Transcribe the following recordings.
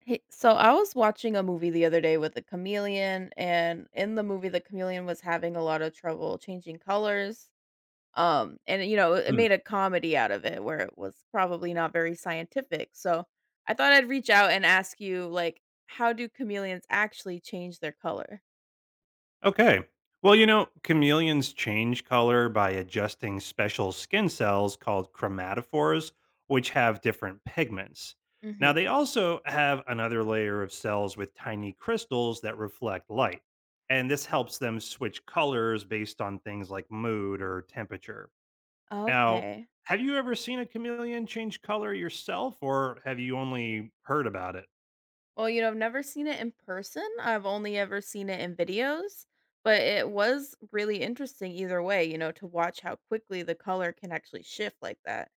Hey, so I was watching a movie the other day with a chameleon, and in the movie, the chameleon was having a lot of trouble changing colors. And it Mm, made a comedy out of it where it was probably not very scientific. So I thought I'd reach out and ask you, like, how do chameleons actually change their color? okay. Well, you know, chameleons change color by adjusting special skin cells called chromatophores, which have different pigments. Now, Hmm. they also have another layer of cells with tiny crystals that reflect light. And this helps them switch colors based on things like mood or temperature. Now, Okay. have you ever seen a chameleon change color yourself, or have you only heard about it? Well, I've never seen it in person. I've only ever seen it in videos, but it was really interesting either way, to watch how quickly the color can actually shift like that.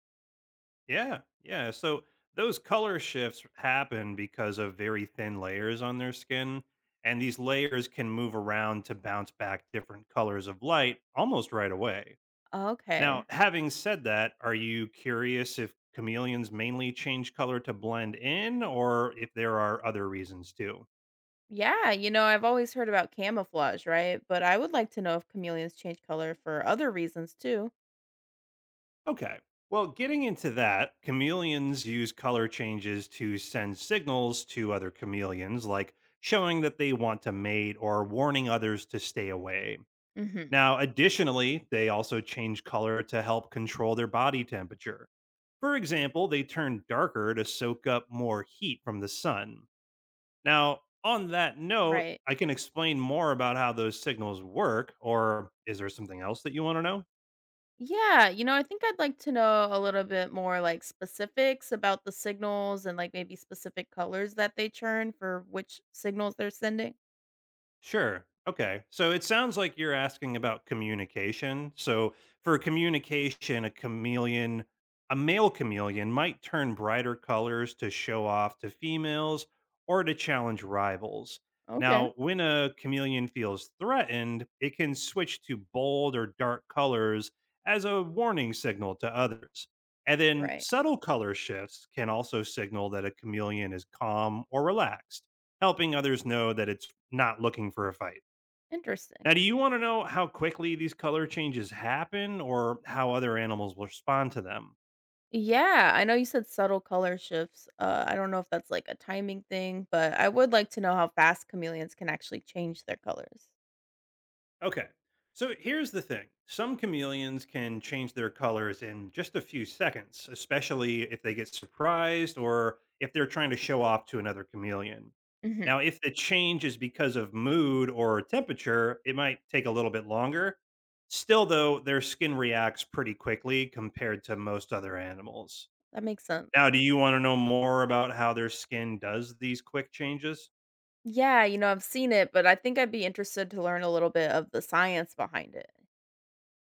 Yeah, yeah. So those color shifts happen because of very thin layers on their skin, and these layers can move around to bounce back different colors of light almost right away. Now, Okay. having said that, are you curious if chameleons mainly change color to blend in or if there are other reasons too? Yeah, I've always heard about camouflage, right? But I would like to know if chameleons change color for other reasons too. Okay. Well, getting into that, chameleons use color changes to send signals to other chameleons, like showing that they want to mate or warning others to stay away. Hmm. Now, additionally, they also change color to help control their body temperature. For example, they turn darker to soak up more heat from the sun. Now, on that note, Right. I can explain more about how those signals work, or is there something else that you want to know? Yeah, I think I'd like to know a little bit more like specifics about the signals and like maybe specific colors that they churn for which signals they're sending. Sure. Okay. So it sounds like you're asking about communication. So for communication, a chameleon, a male chameleon might turn brighter colors to show off to females or to challenge rivals. Okay. Now, when a chameleon feels threatened, it can switch to bold or dark colors as a warning signal to others. And then Right. subtle color shifts can also signal that a chameleon is calm or relaxed, helping others know that it's not looking for a fight. Interesting. Now, do you want to know how quickly these color changes happen or how other animals will respond to them? Yeah, I know you said subtle color shifts. I don't know if that's like a timing thing, but I would like to know how fast chameleons can actually change their colors. Okay, so here's the thing. Some chameleons can change their colors in just a few seconds, especially if they get surprised or if they're trying to show off to another chameleon. Hmm. Now, if the change is because of mood or temperature, it might take a little bit longer. Still, though, their skin reacts pretty quickly compared to most other animals. That makes sense. Now, do you wanna know more about how their skin does these quick changes? Yeah, I've seen it, but I think I'd be interested to learn a little bit of the science behind it.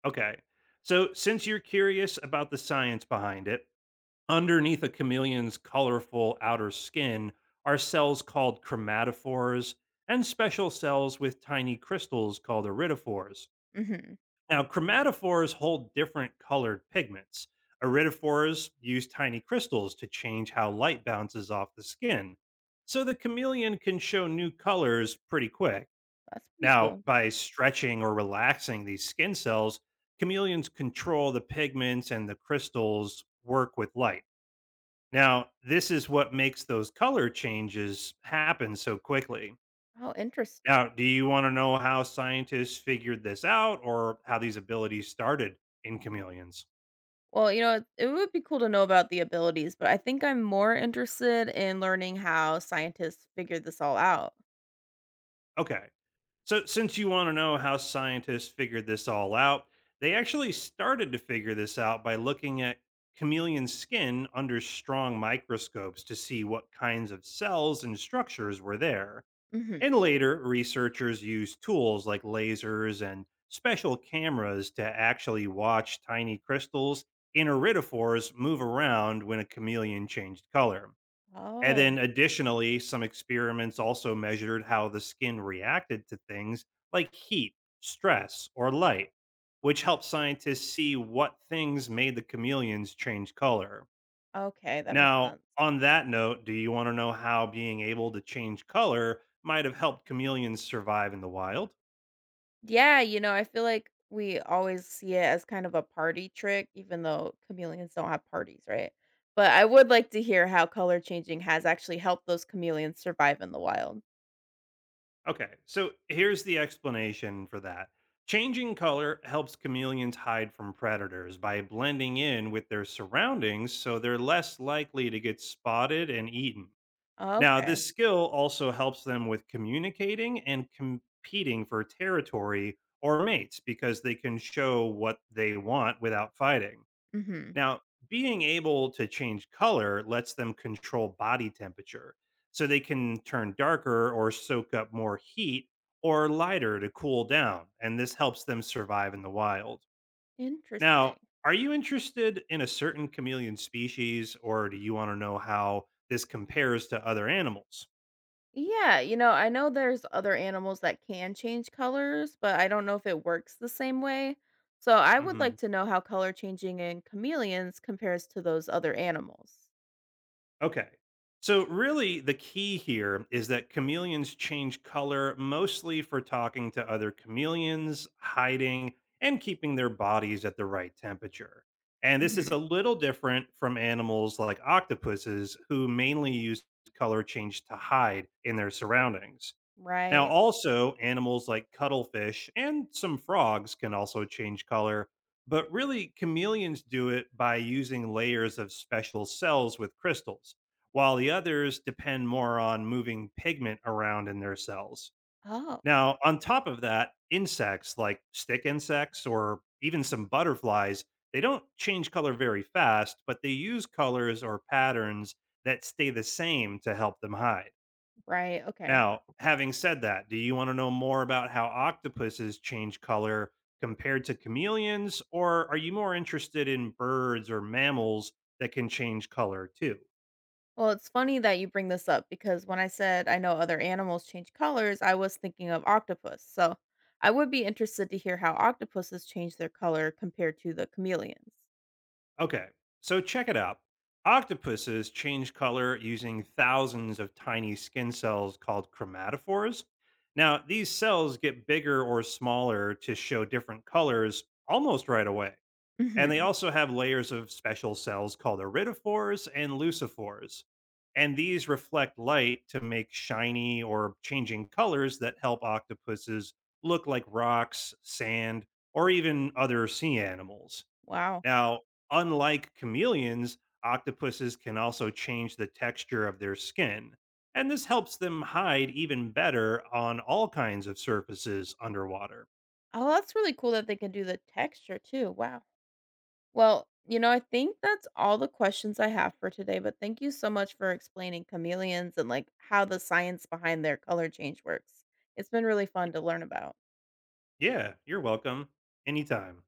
Okay. So, since you're curious about the science behind it, underneath a chameleon's colorful outer skin are cells called chromatophores and special cells with tiny crystals called iridophores. Mhm. Now, chromatophores hold different colored pigments. Iridophores use tiny crystals to change how light bounces off the skin. So the chameleon can show new colors pretty quick. That's pretty Now, cool. by stretching or relaxing these skin cells, chameleons control the pigments and the crystals work with light. Now, this is what makes those color changes happen so quickly. How interesting! Now, do you want to know how scientists figured this out or how these abilities started in chameleons? Well, it would be cool to know about the abilities, but I think I'm more interested in learning how scientists figured this all out. Okay. So, since you want to know how scientists figured this all out, they actually started to figure this out by looking at chameleon skin under strong microscopes to see what kinds of cells and structures were there. Mhm. And later, researchers used tools like lasers and special cameras to actually watch tiny crystals in iridophores move around when a chameleon changed color. And then Oh, additionally, some experiments also measured how the skin reacted to things like heat, stress, or light, which helped scientists see what things made the chameleons change color. okay, that makes Now, sense. on that note, do you want to know how being able to change color might have helped chameleons survive in the wild? Yeah, I feel like we always see it as kind of a party trick, even though chameleons don't have parties, right? But I would like to hear how color changing has actually helped those chameleons survive in the wild. Okay, so here's the explanation for that. Changing color helps chameleons hide from predators by blending in with their surroundings so they're less likely to get spotted and eaten. Now, Okay. this skill also helps them with communicating and competing for territory or mates because they can show what they want without fighting. Mhm. Now, being able to change color lets them control body temperature, so they can turn darker or soak up more heat or lighter to cool down, and this helps them survive in the wild. Now, Interesting. are you interested in a certain chameleon species, or do you want to know how this compares to other animals? Yeah, I know there's other animals that can change colors, but I don't know if it works the same way. So I would like Mhm. to know how color changing in chameleons compares to those other animals. Okay. So, really, the key here is that chameleons change color mostly for talking to other chameleons, hiding, and keeping their bodies at the right temperature. And this is a Mhm. little different from animals like octopuses, who mainly use color change to hide in their surroundings. Now, Right. also, animals like cuttlefish and some frogs can also change color, but really, chameleons do it by using layers of special cells with crystals, while the others depend more on moving pigment around in their cells. Oh, Now, on top of that, insects like stick insects or even some butterflies, they don't change color very fast, but they use colors or patterns that stay the same to help them hide. right. Okay. Now, having said that, do you want to know more about how octopuses change color compared to chameleons, or are you more interested in birds or mammals that can change color too? Well, it's funny that you bring this up because when I said I know other animals change colors, I was thinking of octopus. So I would be interested to hear how octopuses change their color compared to the chameleons. Okay, so check it out. Octopuses change color using thousands of tiny skin cells called chromatophores. Now, these cells get bigger or smaller to show different colors almost right away. And they Mhm. also have layers of special cells called iridophores and lucifores. And these reflect light to make shiny or changing colors that help octopuses look like rocks, sand, or even other sea animals. Wow. Now, unlike chameleons, octopuses can also change the texture of their skin. And this helps them hide even better on all kinds of surfaces underwater. Oh, that's really cool that they can do the texture too. Wow. Well, I think that's all the questions I have for today, but thank you so much for explaining chameleons and like how the science behind their color change works. It's been really fun to learn about. Yeah, you're welcome. Anytime.